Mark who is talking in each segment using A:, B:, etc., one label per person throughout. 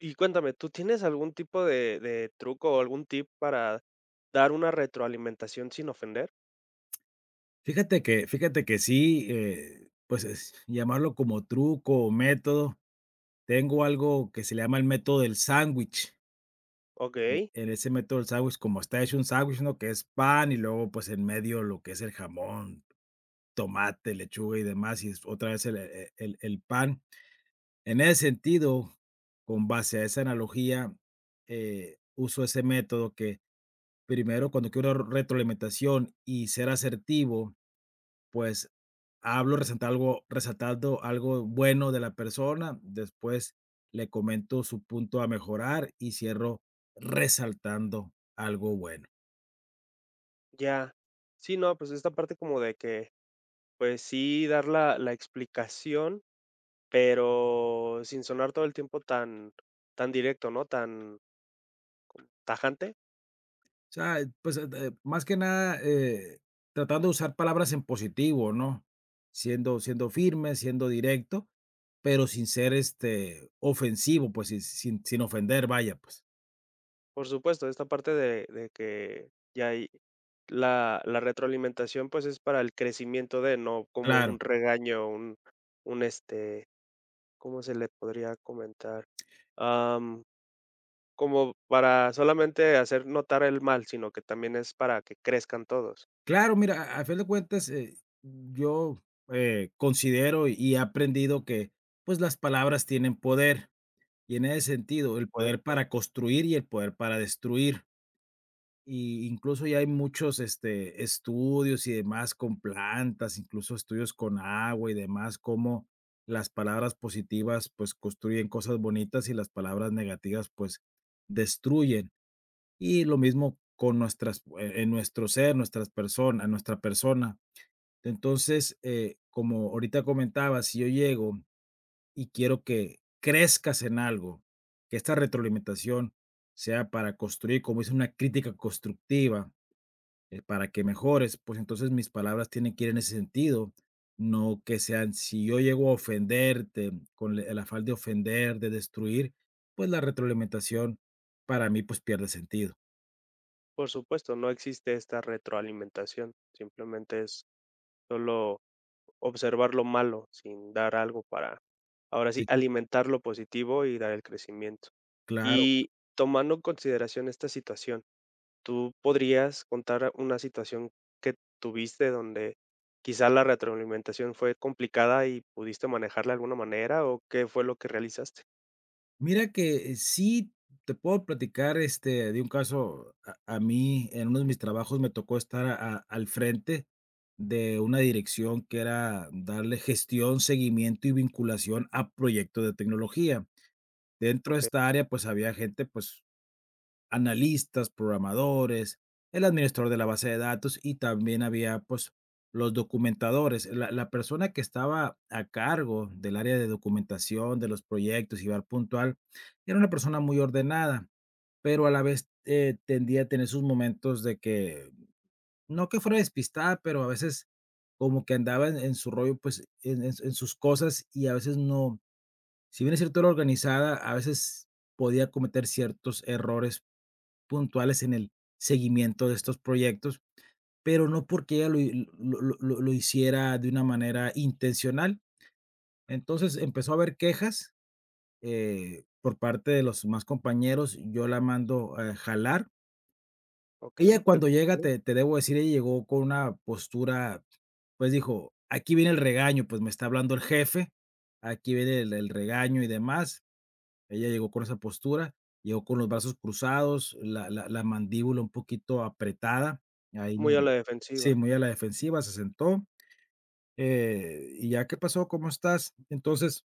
A: Y cuéntame, ¿tú tienes algún tipo de truco o algún tip para dar una retroalimentación sin ofender?
B: Fíjate que sí, pues, es llamarlo como truco o método, tengo algo que se le llama el método del sándwich.
A: Ok,
B: En ese método del sándwich, como está hecho un sándwich, ¿no?, que es pan y luego, pues, en medio lo que es el jamón, tomate, lechuga y demás, y es otra vez el e el el pan. En ese sentido, con base a esa analogía, uso ese método que primero, cuando quiero retroalimentación y ser asertivo pues, hablo, resaltando algo bueno de la persona, después le comento su punto a mejorar y cierro resaltando algo bueno.
A: ya. Sí, no, pues esta parte como de que, pues sí, dar la explicación, pero sin sonar todo el tiempo tan, tan directo, ¿no? Tan tajante.
B: O sea, pues, de más que nada, tratando de usar palabras en positivo, ¿no? Siendo firme, siendo directo, pero sin ser, este, ofensivo, pues, sin ofender, vaya, pues.
A: Por supuesto, esta parte de que ya hay la retroalimentación, pues es para el crecimiento de, no como
B: Claro.
A: un regaño, un este, ¿cómo se le podría comentar? Am, Como para solamente hacer notar el mal, sino que también es para que crezcan todos.
B: Claro, mira, a fin de cuentas, yo, considero y he aprendido que, pues, las palabras tienen poder, y en ese sentido,
A: Por
B: el poder
A: supuesto,
B: para construir y el poder para destruir. Y incluso ya hay muchos, este, estudios y demás con plantas, incluso estudios con agua y demás, cómo las palabras positivas, pues, construyen cosas bonitas y las palabras negativas, pues, destruyen. Y lo mismo con nuestras en nuestro ser, nuestras personas, nuestra persona. Entonces, como ahorita comentaba, si yo llego y quiero que crezcas en algo, que esta retroalimentación sea para construir, como dice, una crítica constructiva, para que mejores, pues entonces mis palabras tienen que ir en ese sentido, no que sean, si yo llego a ofenderte con el afán de ofender, de destruir, pues la retroalimentación para mí pues pierde sentido.
A: por supuesto, no existe esta retroalimentación, simplemente es solo observar lo malo sin dar algo para, ahora sí,
B: Sí,
A: alimentar lo positivo y dar el crecimiento.
B: claro.
A: Y tomando en consideración esta situación, ¿tú podrías contar una situación que tuviste donde quizá la retroalimentación fue complicada y pudiste manejarla de alguna manera? ¿O qué fue lo que realizaste?
B: Mira que sí te puedo platicar, este, de un caso, a mí, en uno de mis trabajos me tocó estar a al frente de una dirección que era darle gestión, seguimiento y vinculación a proyectos de tecnología. Dentro de
A: Okey,
B: esta área, pues, había gente, pues, analistas, programadores, el administrador de la base de datos y también había, pues, los documentadores. La persona que estaba a cargo del área de documentación de los proyectos, y llevar puntual, era una persona muy ordenada, pero a la vez, tendía a tener sus momentos de que, no que fuera despistada, pero a veces como que andaba en su rollo, pues, en sus cosas y a veces no si bien es cierto, era organizada, a veces podía cometer ciertos errores puntuales en el seguimiento de estos proyectos, pero no porque ella lo hi lo hiciera de una manera intencional. Entonces, empezó a haber quejas, por parte de los más compañeros, yo la mando, a jalar. Ella
A: okey, te
B: cuando llega,
A: comprendo.
B: te debo decir, ella llegó con una postura, pues, dijo: "Aquí viene el regaño, pues, me está hablando el jefe, aquí viene el regaño y demás". Ella llegó con esa postura, llegó con los brazos cruzados, la mandíbula un poquito apretada, ahí
A: Muy a la
B: sí,
A: defensiva,
B: muy a la defensiva, se sentó, y ya, ¿qué pasó? ¿Cómo estás? Entonces,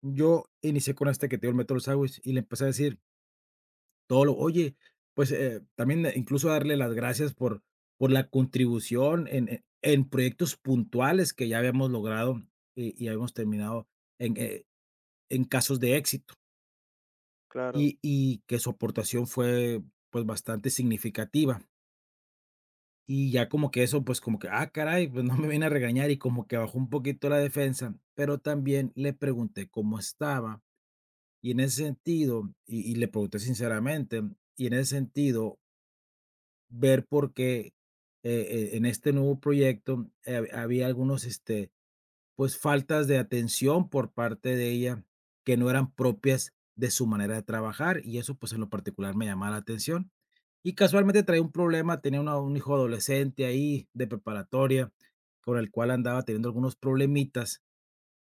B: yo inicié con este que te digo, el método Sawis, y le empecé a decir todo lo oye, pues, también, incluso, darle las gracias por la contribución en proyectos puntuales que ya habíamos logrado y habíamos terminado en, eh, en casos de éxito.
A: claro,
B: Y que su aportación fue, pues, bastante significativa. Y ya como que eso, pues, como que, ah, caray, pues, no me viene a regañar y como que bajó un poquito la defensa, pero también le pregunté cómo estaba. Y en ese sentido, y le pregunté sinceramente, y en ese sentido, ver por qué, en este nuevo proyecto, había algunos, este, pues, faltas de atención por parte de ella que no eran propias de su manera de trabajar, y eso, pues, en lo particular me llamaba la atención. Y casualmente traía un problema, tenía una un hijo adolescente ahí de preparatoria, con el cual andaba teniendo algunos problemitas,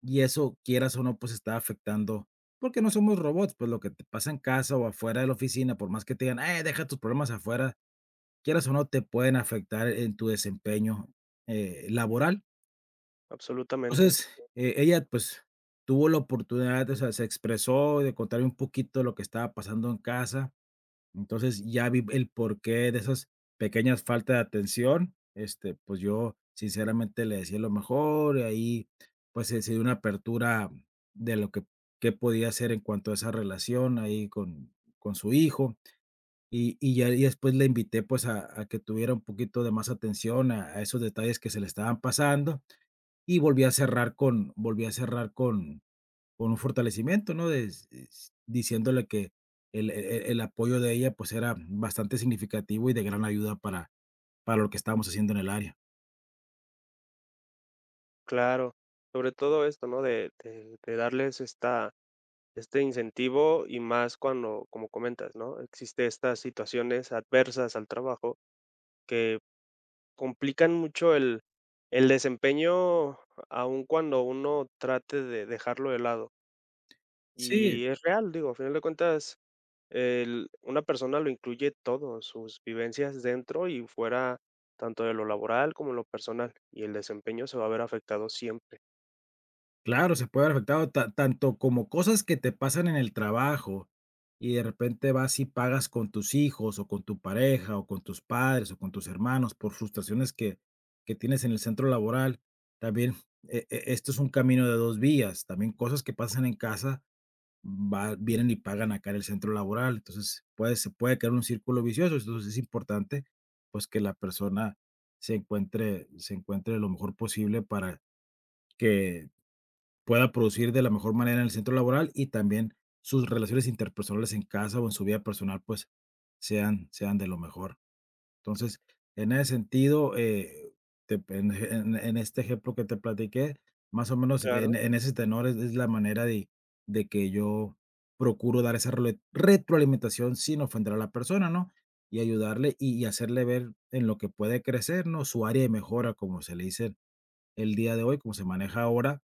B: y eso, quieras o no, pues, estaba afectando, porque no somos robots, pues, lo que te pasa en casa o afuera de la oficina, por más que te digan: deja tus problemas afuera", quieras o no, te pueden afectar en tu desempeño, laboral.
A: absolutamente,
B: Entonces, ella, pues, tuvo la oportunidad, o sea, se expresó de contarme un poquito lo que estaba pasando en casa. Entonces, ya vi el porqué de esas pequeñas faltas de atención. Este, pues, yo sinceramente le decía lo mejor, y ahí, pues, se dio una apertura de lo que qué podía hacer en cuanto a esa relación ahí con su hijo. Y ya y después le invité, pues, a que tuviera un poquito de más atención a esos detalles que se le estaban pasando. Y volví a cerrar con un fortalecimiento, ¿no? Des es diciéndole que el apoyo de ella, pues, era bastante significativo y de gran ayuda para lo que estábamos haciendo en el área.
A: claro. Sobre todo esto, ¿no? De darles esta este incentivo y más cuando, como comentas, ¿no? Existe estas situaciones adversas al trabajo que complican mucho el desempeño, aun cuando uno trate de dejarlo de lado.
B: Sí.
A: Y es real, digo, a final de cuentas, el una persona lo incluye todo, sus vivencias dentro y fuera, tanto de lo laboral como lo personal, y el desempeño se va a ver afectado siempre.
B: Claro, se puede haber afectado ta tanto como cosas que te pasan en el trabajo, y de repente vas y pagas con tus hijos, o con tu pareja, o con tus padres, o con tus hermanos, por frustraciones que tienes en el centro laboral. También, esto es un camino de 2 vías, también cosas que pasan en casa, va vienen y pagan acá en el centro laboral. Entonces, puede se puede crear un círculo vicioso. Entonces, es importante, pues, que la persona se encuentre lo mejor posible para que pueda producir de la mejor manera en el centro laboral y también sus relaciones interpersonales en casa o en su vida personal, pues sean de lo mejor. Entonces, en ese sentido, te en este ejemplo que te platiqué, más o menos en
A: Claro,
B: en ese tenor es la manera de que yo procuro dar esa role retroalimentación sin ofender a la persona, ¿no? Y ayudarle y hacerle ver en lo que puede crecer, ¿no? Su área de mejora, como se le dice el día de hoy, como se maneja ahora,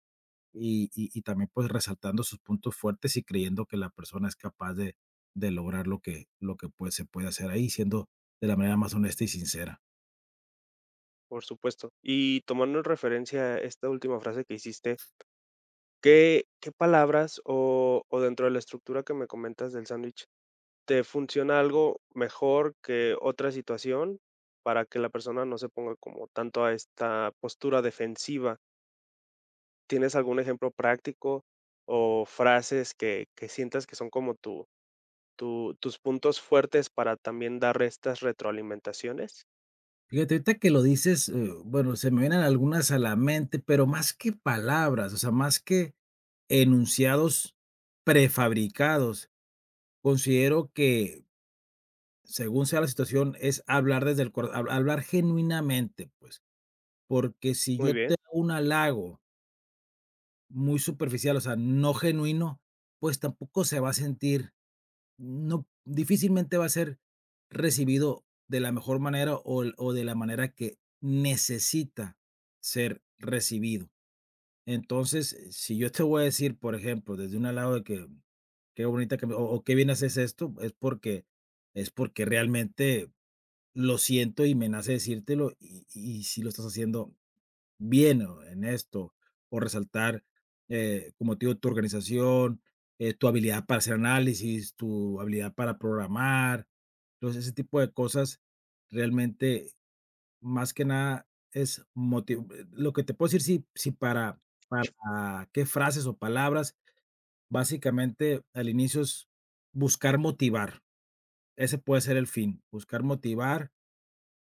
B: y también, pues, resaltando sus puntos fuertes y creyendo que la persona es capaz de lograr lo que, pues, se puede hacer ahí, siendo de la manera más honesta y sincera.
A: por supuesto. Y tomando en referencia esta última frase que hiciste, ¿qué qué palabras o dentro de la estructura que me comentas del sándwich, te funciona algo mejor que otra situación para que la persona no se ponga como tanto a esta postura defensiva? ¿Tienes algún ejemplo práctico o frases que sientas que son como tu- tus puntos fuertes para también dar estas retroalimentaciones?
B: Fíjate, ahorita que lo dices, bueno, se me vienen algunas a la mente, pero más que palabras, o sea, más que enunciados prefabricados, considero que, según sea la situación, es hablar desde el cora hablar genuinamente, pues, porque si
A: Muy
B: yo te
A: bien,
B: hago un halago muy superficial, o sea, no genuino, pues tampoco se va a sentir, no, difícilmente va a ser recibido de la mejor manera o el o de la manera que necesita ser recibido. Entonces, si yo te voy a decir, por ejemplo, desde un lado de que qué bonita que me o qué bien haces esto, es porque realmente lo siento y me nace decírtelo, y si lo estás haciendo bien o en esto, o resaltar, como te digo, tu organización, tu habilidad para hacer análisis, tu habilidad para programar. Entonces, ese tipo de cosas realmente, más que nada, es motiv lo que te puedo decir, sí, sí para qué frases o palabras, básicamente, al inicio es buscar motivar. Ese puede ser el fin, buscar motivar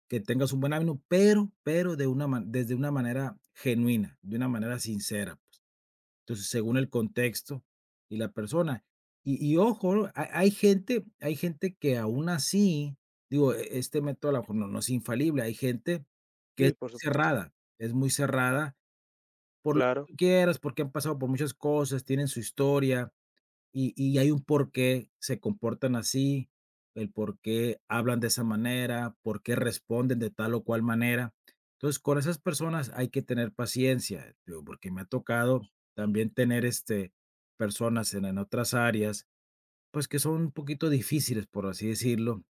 B: que tengas un buen ánimo, pero desde una manera genuina, de una manera sincera, pues. Entonces, según el contexto y la persona. Y ojo, ha hay hay gente que aún así, digo, este método a lo mejor no es infalible. Hay gente que es
A: sí, por supuesto.
B: cerrada, es muy cerrada por lo que
A: Claro,
B: tú quieras, porque han pasado por muchas cosas, tienen su historia. Y hay un porqué se comportan así, el porqué hablan de esa manera, por qué responden de tal o cual manera. Entonces, con esas personas hay que tener paciencia, digo, porque me ha tocado también tener, este, personas en otras áreas, pues, que son un poquito difíciles, por así decirlo.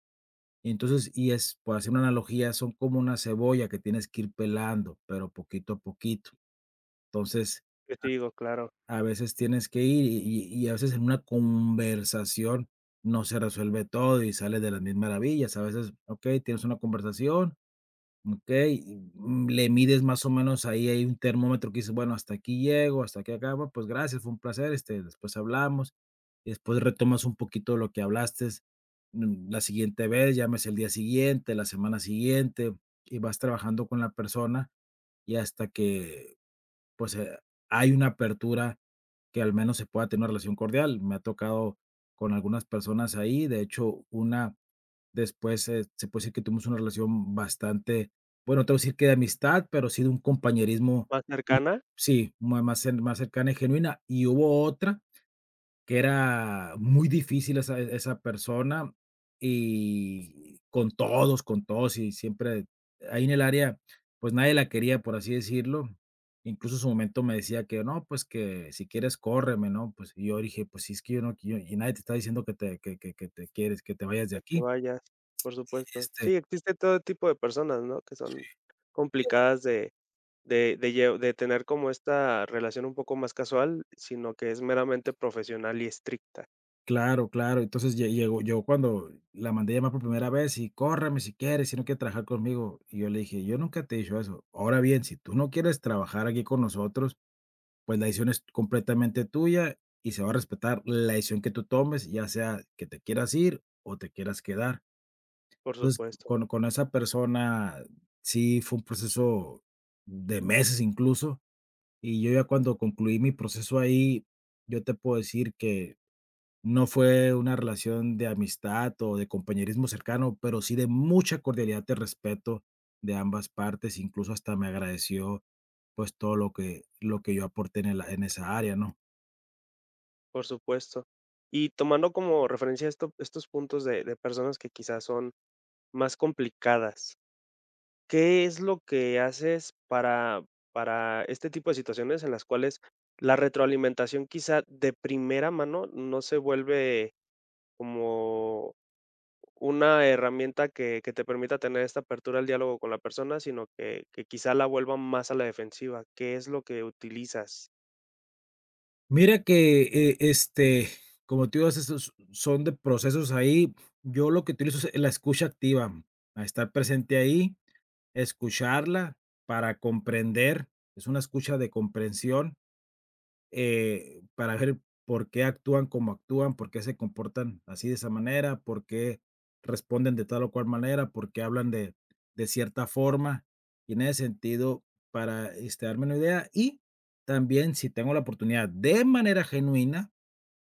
B: Entonces, es, por hacer una analogía, son como una cebolla que tienes que ir pelando, pero poquito a poquito. Entonces
A: yo te digo, claro.
B: a veces tienes que ir y a veces en una conversación no se resuelve todo y sales de las mil maravillas. A veces, okey, tienes una conversación, okey, y, le mides más o menos ahí hay un termómetro que dices: "Bueno, hasta aquí llego, hasta aquí acabo, pues gracias, fue un placer, este, después hablamos". Y después retomas un poquito lo que hablaste, la siguiente vez, llámese el día siguiente, la semana siguiente, y vas trabajando con la persona y hasta que, pues, hay una apertura que al menos se pueda tener una relación cordial. Me ha tocado con algunas personas ahí, de hecho, una después, se puede decir que tuvimos una relación bastante, bueno, no te voy a decir que de amistad, pero sí de un compañerismo,
A: Más cercana,
B: sí, más, más cercana y genuina. Y hubo otra que era muy difícil esa persona, y con todos, y siempre ahí en el área, pues, nadie la quería, por así decirlo. Incluso en su momento me decía que: "No, pues, que si quieres córreme", ¿no? Pues, y yo dije: "Pues, si es que yo no qui y nadie te está diciendo que te quieres que te vayas de
A: que te
B: aquí".
A: vayas, por supuesto.
B: Este.
A: Sí, existe todo tipo de personas, ¿no? Que son complicadas. De tener como esta relación un poco más casual, sino que es meramente profesional y estricta.
B: Claro, claro. Entonces, llegó yo cuando la mandé llamar por primera vez, y córreme si quieres, si no quieres trabajar conmigo. Y yo le dije: "Yo nunca te he dicho eso. Ahora bien, si tú no quieres trabajar aquí con nosotros, pues la decisión es completamente tuya y se va a respetar la decisión que tú tomes, ya sea que te quieras ir o te quieras quedar".
A: Por
B: Entonces,
A: supuesto,
B: con esa persona sí fue un proceso de meses incluso, y yo ya cuando concluí mi proceso ahí, yo te puedo decir que no fue una relación de amistad o de compañerismo cercano, pero sí de mucha cordialidad y respeto de ambas partes, incluso hasta me agradeció, pues, todo lo que yo aporté en esa área, ¿no?
A: por supuesto. Y tomando como referencia esto estos puntos de personas que quizás son más complicadas, ¿qué es lo que haces para este tipo de situaciones en las cuales la retroalimentación quizá de primera mano no se vuelve como una herramienta que te permita tener esta apertura al diálogo con la persona, sino que quizá la vuelva más a la defensiva? ¿Qué es lo que utilizas?
B: Mira que, este, como tú dices, esos son de procesos ahí. Yo lo que utilizo es la escucha activa, a estar presente ahí, escucharla para comprender, es una escucha de comprensión para ver por qué actúan como actúan, por qué se comportan así de esa manera, por qué responden de tal o cual manera, por qué de cierta forma. Y en ese sentido, para este, darme una idea y también si tengo la oportunidad de manera genuina,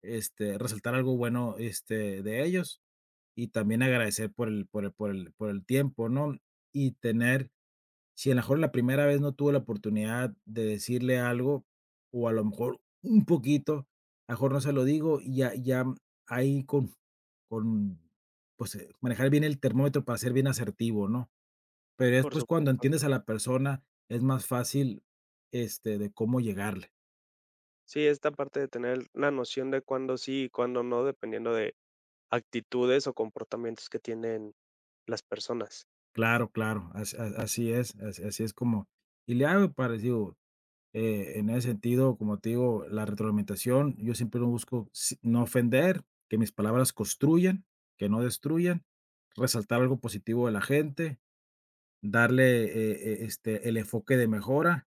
B: este, resaltar algo bueno este, de ellos y también agradecer por el tiempo, ¿no? Y tener si a lo mejor la primera vez no tuve la oportunidad de decirle algo, o a lo mejor un poquito, a lo mejor no se lo digo, ya ahí con, pues, manejar bien el termómetro para ser bien asertivo, ¿no? Pero
A: Por
B: después cuando
A: supuesto.
B: entiendes a la persona, es más fácil, este, de cómo llegarle.
A: Sí, esta parte de tener la noción de cuándo sí y cuándo no, dependiendo de actitudes o comportamientos que tienen las personas.
B: Claro, claro, as a así es, as así es como y le hago para digo, en ese sentido, como te digo, la retroalimentación, yo siempre lo busco no ofender, que mis palabras construyan, que no destruyan, resaltar algo positivo de la gente, darle este, el enfoque de mejora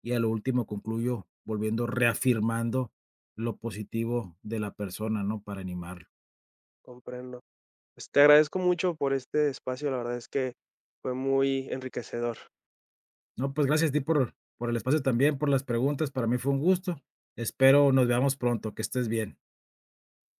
B: y a lo último concluyo volviendo, reafirmando lo positivo de la persona, ¿no? Para animarlo.
A: Comprendo. Pues, te agradezco mucho por este espacio, la verdad es que fue muy enriquecedor.
B: No, pues gracias a ti por el espacio también, por las preguntas. Para mí fue un gusto. Espero nos veamos pronto. Que estés bien.